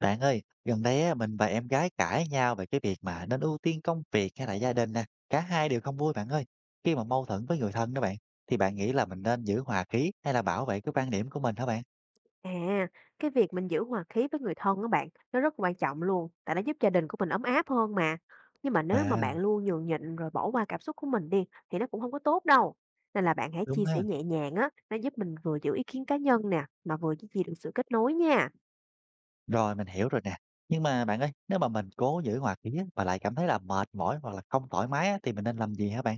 Bạn ơi, gần đây á, mình và em gái cãi nhau về cái việc mà nên ưu tiên công việc hay là gia đình nè. Cả hai đều không vui bạn ơi. Khi mà mâu thuẫn với người thân đó bạn, thì bạn nghĩ là mình nên giữ hòa khí hay là bảo vệ cái quan điểm của mình hả bạn? À, cái việc mình giữ hòa khí với người thân á bạn, nó rất quan trọng luôn, tại nó giúp gia đình của mình ấm áp hơn mà. Nhưng mà nếu mà À, bạn luôn nhường nhịn rồi bỏ qua cảm xúc của mình đi, thì nó cũng không có tốt đâu. Nên là bạn hãy đúng chia sẻ ha. nhẹ nhàng á, nó giúp mình vừa giữ ý kiến cá nhân nè, mà vừa duy trì được sự kết nối nha. Rồi mình hiểu rồi nè. Nhưng mà bạn ơi, nếu mà mình cố giữ hòa khí á, mà lại cảm thấy là mệt mỏi hoặc là không thoải mái á, thì mình nên làm gì hả bạn?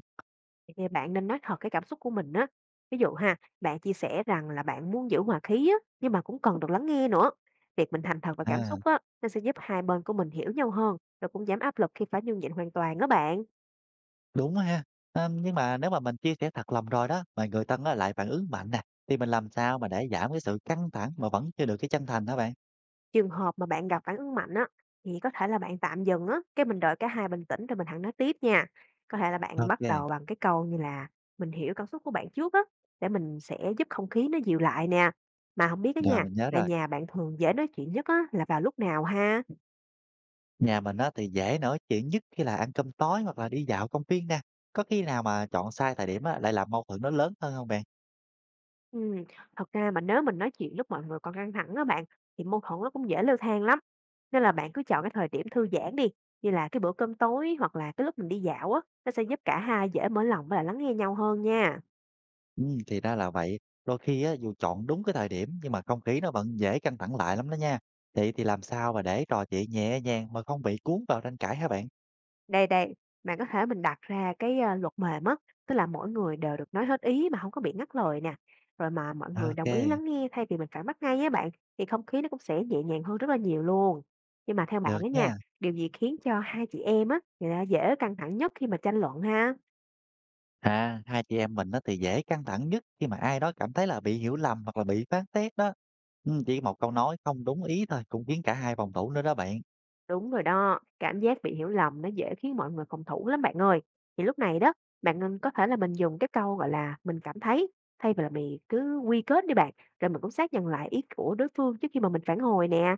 Thì bạn nên nói thật cái cảm xúc của mình á. Ví dụ ha, bạn chia sẻ rằng là bạn muốn giữ hòa khí á, nhưng mà cũng cần được lắng nghe nữa. Việc mình thành thật và cảm À, xúc á, nó sẽ giúp hai bên của mình hiểu nhau hơn, rồi cũng giảm áp lực khi phải nhường nhịn hoàn toàn đó bạn. đúng ha. À, nhưng mà nếu mà mình chia sẻ thật lòng rồi đó, mà người thân á, lại phản ứng mạnh nè, thì mình làm sao mà để giảm cái sự căng thẳng mà vẫn chưa được cái chân thành hả bạn? Trường hợp mà bạn gặp phản ứng mạnh á, thì có thể là bạn tạm dừng á, cái mình đợi cả hai bình tĩnh rồi mình hẳn nói tiếp nha. Có thể là bạn bắt Ok. đầu bằng cái câu như là mình hiểu cảm xúc của bạn trước á, để mình sẽ giúp không khí nó dịu lại nè. Mà không biết đó Rồi, nha, mình nhớ là rồi. nhà bạn thường dễ nói chuyện nhất á, là vào lúc nào ha? Nhà mình á thì dễ nổi chuyện nhất khi là ăn cơm tối hoặc là đi dạo công viên nè. Có khi nào mà chọn sai thời điểm á, lại làm mâu thuẫn nó lớn hơn không bạn? Ừ, thật ra mà nếu mình nói chuyện lúc mọi người còn căng thẳng á bạn, thì mâu thuẫn nó cũng dễ leo thang lắm. Nên là bạn cứ chọn cái thời điểm thư giãn đi, như là cái bữa cơm tối hoặc là cái lúc mình đi dạo á, nó sẽ giúp cả hai dễ mở lòng và lắng nghe nhau hơn nha. Thì ra là vậy. Đôi khi á, dù chọn đúng cái thời điểm nhưng mà không khí nó vẫn dễ căng thẳng lại lắm đó nha. Vậy thì làm sao mà để trò chuyện nhẹ nhàng mà không bị cuốn vào tranh cãi hả bạn? Đây, bạn có thể mình đặt ra cái, a, luật mềm á, tức là mỗi người đều được nói hết ý mà không có bị ngắt lời nè, rồi mà mọi người đồng ý Ok, lắng nghe thay vì mình phản bác ngay á bạn, thì không khí nó cũng sẽ nhẹ nhàng hơn rất là nhiều luôn. Nhưng mà theo được bạn đó nha, nha. điều gì khiến cho hai chị em á, người ta dễ căng thẳng nhất khi mà tranh luận ha? À, hai chị em mình á thì dễ căng thẳng nhất khi mà ai đó cảm thấy là bị hiểu lầm hoặc là bị phán xét đó. Chỉ một câu nói không đúng ý thôi cũng khiến cả hai phòng thủ nữa đó bạn. Đúng rồi đó, cảm giác bị hiểu lầm nó dễ khiến mọi người phòng thủ lắm bạn ơi. Thì lúc này đó, bạn nên có thể là mình dùng cái câu gọi là mình cảm thấy thay vì là mình cứ quy kết đi bạn, rồi mình cũng xác nhận lại ý của đối phương trước khi mà mình phản hồi nè.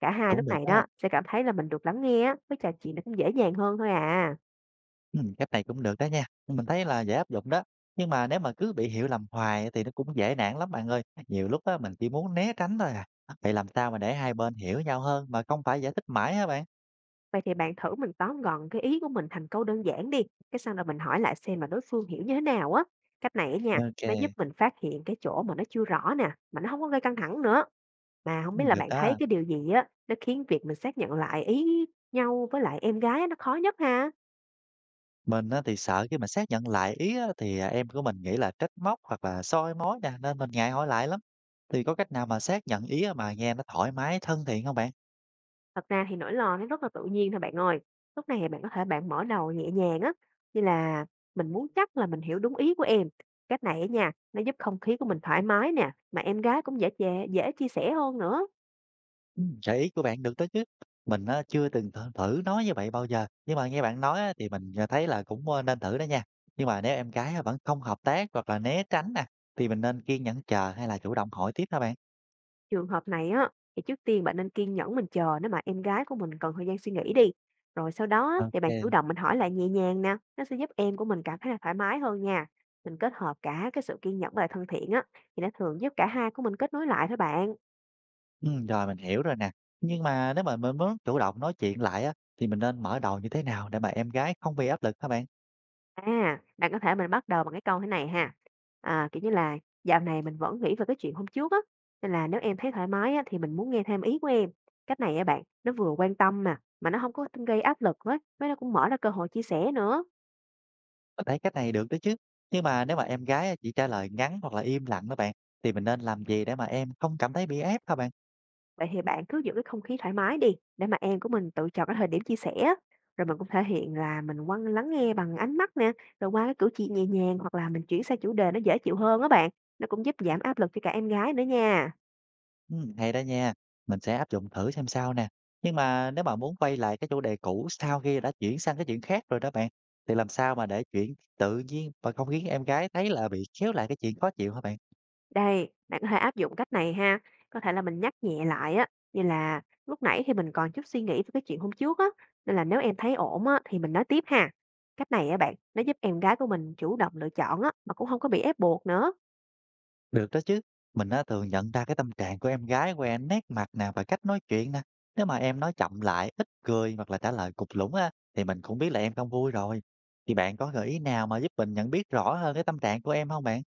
Cả hai Cũng lúc được này đó. đó sẽ cảm thấy là mình được lắng nghe á, với trò chuyện nó cũng dễ dàng hơn thôi à. Cách này cũng được đó nha, mình thấy là dễ áp dụng đó. Nhưng mà nếu mà cứ bị hiểu lầm hoài thì nó cũng dễ nản lắm bạn ơi. Nhiều lúc á, mình chỉ muốn né tránh thôi à. Vậy làm sao mà để hai bên hiểu nhau hơn mà không phải giải thích mãi hả bạn? Vậy thì bạn thử mình tóm gọn cái ý của mình thành câu đơn giản đi, cái sau đó mình hỏi lại xem mà đối phương hiểu như thế nào á. Cách này á nha, nó giúp OK, mình phát hiện cái chỗ mà nó chưa rõ nè, mà nó không có gây căng thẳng nữa. Mà không biết là được bạn thấy đó. cái điều gì á, nó khiến việc mình xác nhận lại ý nhau với lại em gái nó khó nhất ha? Mình á, thì sợ khi mà xác nhận lại ý á, thì, à, em của mình nghĩ là trách móc hoặc là soi mói nè, nên mình ngại hỏi lại lắm. Thì có cách nào mà xác nhận ý á, mà nghe nó thoải mái, thân thiện không bạn? Thật ra thì nỗi lo nó rất là tự nhiên thôi bạn ơi. Lúc này bạn có thể bạn mở đầu nhẹ nhàng á, như là "Mình muốn chắc là mình hiểu đúng ý của em." Cách này á nha, nó giúp không khí của mình thoải mái nè, mà em gái cũng dễ chia sẻ hơn nữa. Gợi ý của bạn được đó chứ. Mình á chưa từng thử nói như vậy bao giờ, nhưng mà nghe bạn nói á thì mình, thấy là cũng, nên thử đó nha. Nhưng mà nếu em gái á vẫn không hợp tác hoặc là né tránh nè, thì mình nên kiên nhẫn chờ hay là chủ động hỏi tiếp hả bạn? Trường hợp này á, thì trước tiên bạn nên kiên nhẫn mình chờ nếu mà em gái của mình cần thời gian suy nghĩ đi. Rồi sau đó á, OK, thì bạn kê, chủ động mình hỏi lại nhẹ nhàng nè, nó sẽ giúp em của mình cảm thấy là thoải mái hơn nha. Mình kết hợp cả cái sự kiên nhẫn và thân thiện á, thì nó thường giúp cả hai của mình kết nối lại thôi bạn. rồi mình hiểu rồi nè. Nhưng mà nếu mà mình muốn chủ động nói chuyện lại á, thì mình nên mở đầu như thế nào để mà em gái không bị áp lực hả bạn? À, bạn có thể mình bắt đầu bằng cái câu thế này ha. À, kiểu như là dạo này mình vẫn nghĩ về cái chuyện hôm trước á, nên là nếu em thấy thoải mái á, thì mình muốn nghe thêm ý của em. Cách này á bạn, nó vừa quan tâm mà nó không có gây áp lực với nó cũng mở ra cơ hội chia sẻ nữa. Mình thấy cách này được đó chứ. Nhưng mà nếu mà em gái á chỉ trả lời ngắn hoặc là im lặng đó bạn, thì mình nên làm gì để mà em không cảm thấy bị ép hả bạn? Vậy thì bạn cứ giữ cái không khí thoải mái đi, để mà em của mình tự chọn cái thời điểm chia sẻ. Rồi mình cũng thể hiện là mình quan lắng nghe bằng ánh mắt nè, rồi qua cái cử chỉ nhẹ nhàng hoặc là mình chuyển sang chủ đề nó dễ chịu hơn đó bạn. Nó cũng giúp giảm áp lực cho cả em gái nữa nha. Hay đó nha, mình sẽ áp dụng thử xem sao nè. Nhưng mà nếu mà muốn quay lại cái chủ đề cũ sau khi đã chuyển sang cái chuyện khác rồi đó bạn, thì làm sao mà để chuyện tự nhiên và không khiến em gái thấy là bị kéo lại cái chuyện khó chịu hả bạn? Đây, bạn có thể áp dụng cách này ha. Có thể là mình nhắc nhẹ lại á, như là lúc nãy thì mình còn chút suy nghĩ về cái chuyện hôm trước á, nên là nếu em thấy ổn á thì mình nói tiếp ha. Cách này á bạn, nó giúp em gái của mình chủ động lựa chọn á mà cũng không có bị ép buộc nữa. Được đó chứ. Mình á, thường nhận ra cái tâm trạng của em gái qua nét mặt nè và cách nói chuyện nè. Nếu mà em nói chậm lại, ít cười hoặc là trả lời cục lũng á, thì mình cũng biết là em không vui rồi. Thì bạn có gợi ý nào mà giúp mình nhận biết rõ hơn cái tâm trạng của em không bạn?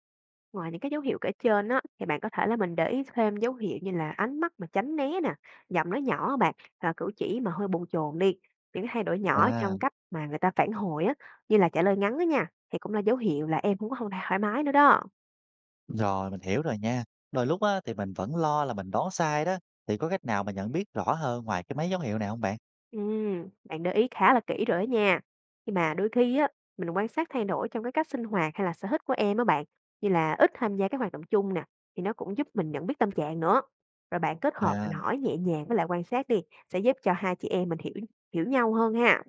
Ngoài những cái dấu hiệu kể trên á, thì bạn có thể là mình để ý thêm dấu hiệu như là ánh mắt mà tránh né nè, giọng nói nhỏ á bạn, hoặc là cử chỉ mà hơi bồn chồn đi. Những cái thay đổi nhỏ À. trong cách mà người ta phản hồi á, như là trả lời ngắn á nha, thì cũng là dấu hiệu là em không thoải mái nữa đó. Rồi, mình hiểu rồi nha. Đôi lúc á, thì mình vẫn lo là mình đoán sai đó. Thì có cách nào mà nhận biết rõ hơn ngoài cái mấy dấu hiệu này không bạn? Bạn để ý khá là kỹ rồi đó nha. Nhưng mà đôi khi á, mình quan sát thay đổi trong cái cách sinh hoạt hay là sở thích của em á bạn, như là ít tham gia các hoạt động chung nè, thì nó cũng giúp mình nhận biết tâm trạng nữa. Rồi bạn kết hợp mình À, hỏi nhẹ nhàng với lại quan sát đi, sẽ giúp cho hai chị em mình hiểu hiểu nhau hơn ha.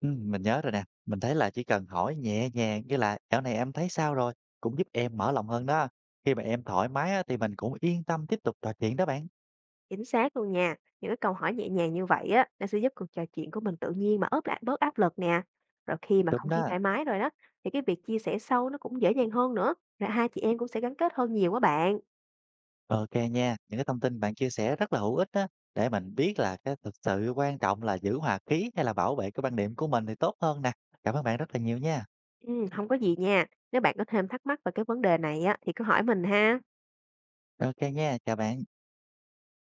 ừ, mình nhớ rồi nè. Mình thấy là chỉ cần hỏi nhẹ nhàng như là dạo này em thấy sao rồi, cũng giúp em mở lòng hơn đó. Khi mà em thoải mái á, thì mình cũng yên tâm tiếp tục trò chuyện đó bạn. Chính xác luôn nha. Những cái câu hỏi nhẹ nhàng như vậy á, nó sẽ giúp cuộc trò chuyện của mình tự nhiên mà ớt lại bớt áp lực nè. Rồi khi mà Đúng không khí đó. thoải mái rồi đó, thì cái việc chia sẻ sâu nó cũng dễ dàng hơn nữa. Rồi hai chị em cũng sẽ gắn kết hơn nhiều á bạn. Ok nha, những cái thông tin bạn chia sẻ rất là hữu ích đó. Để mình biết là cái thực sự quan trọng là giữ hòa khí hay là bảo vệ cái quan điểm của mình thì tốt hơn nè. Cảm ơn bạn rất là nhiều nha. Hông có gì nha. Nếu bạn có thêm thắc mắc về cái vấn đề này á, thì cứ hỏi mình ha. Ok nha, chào bạn.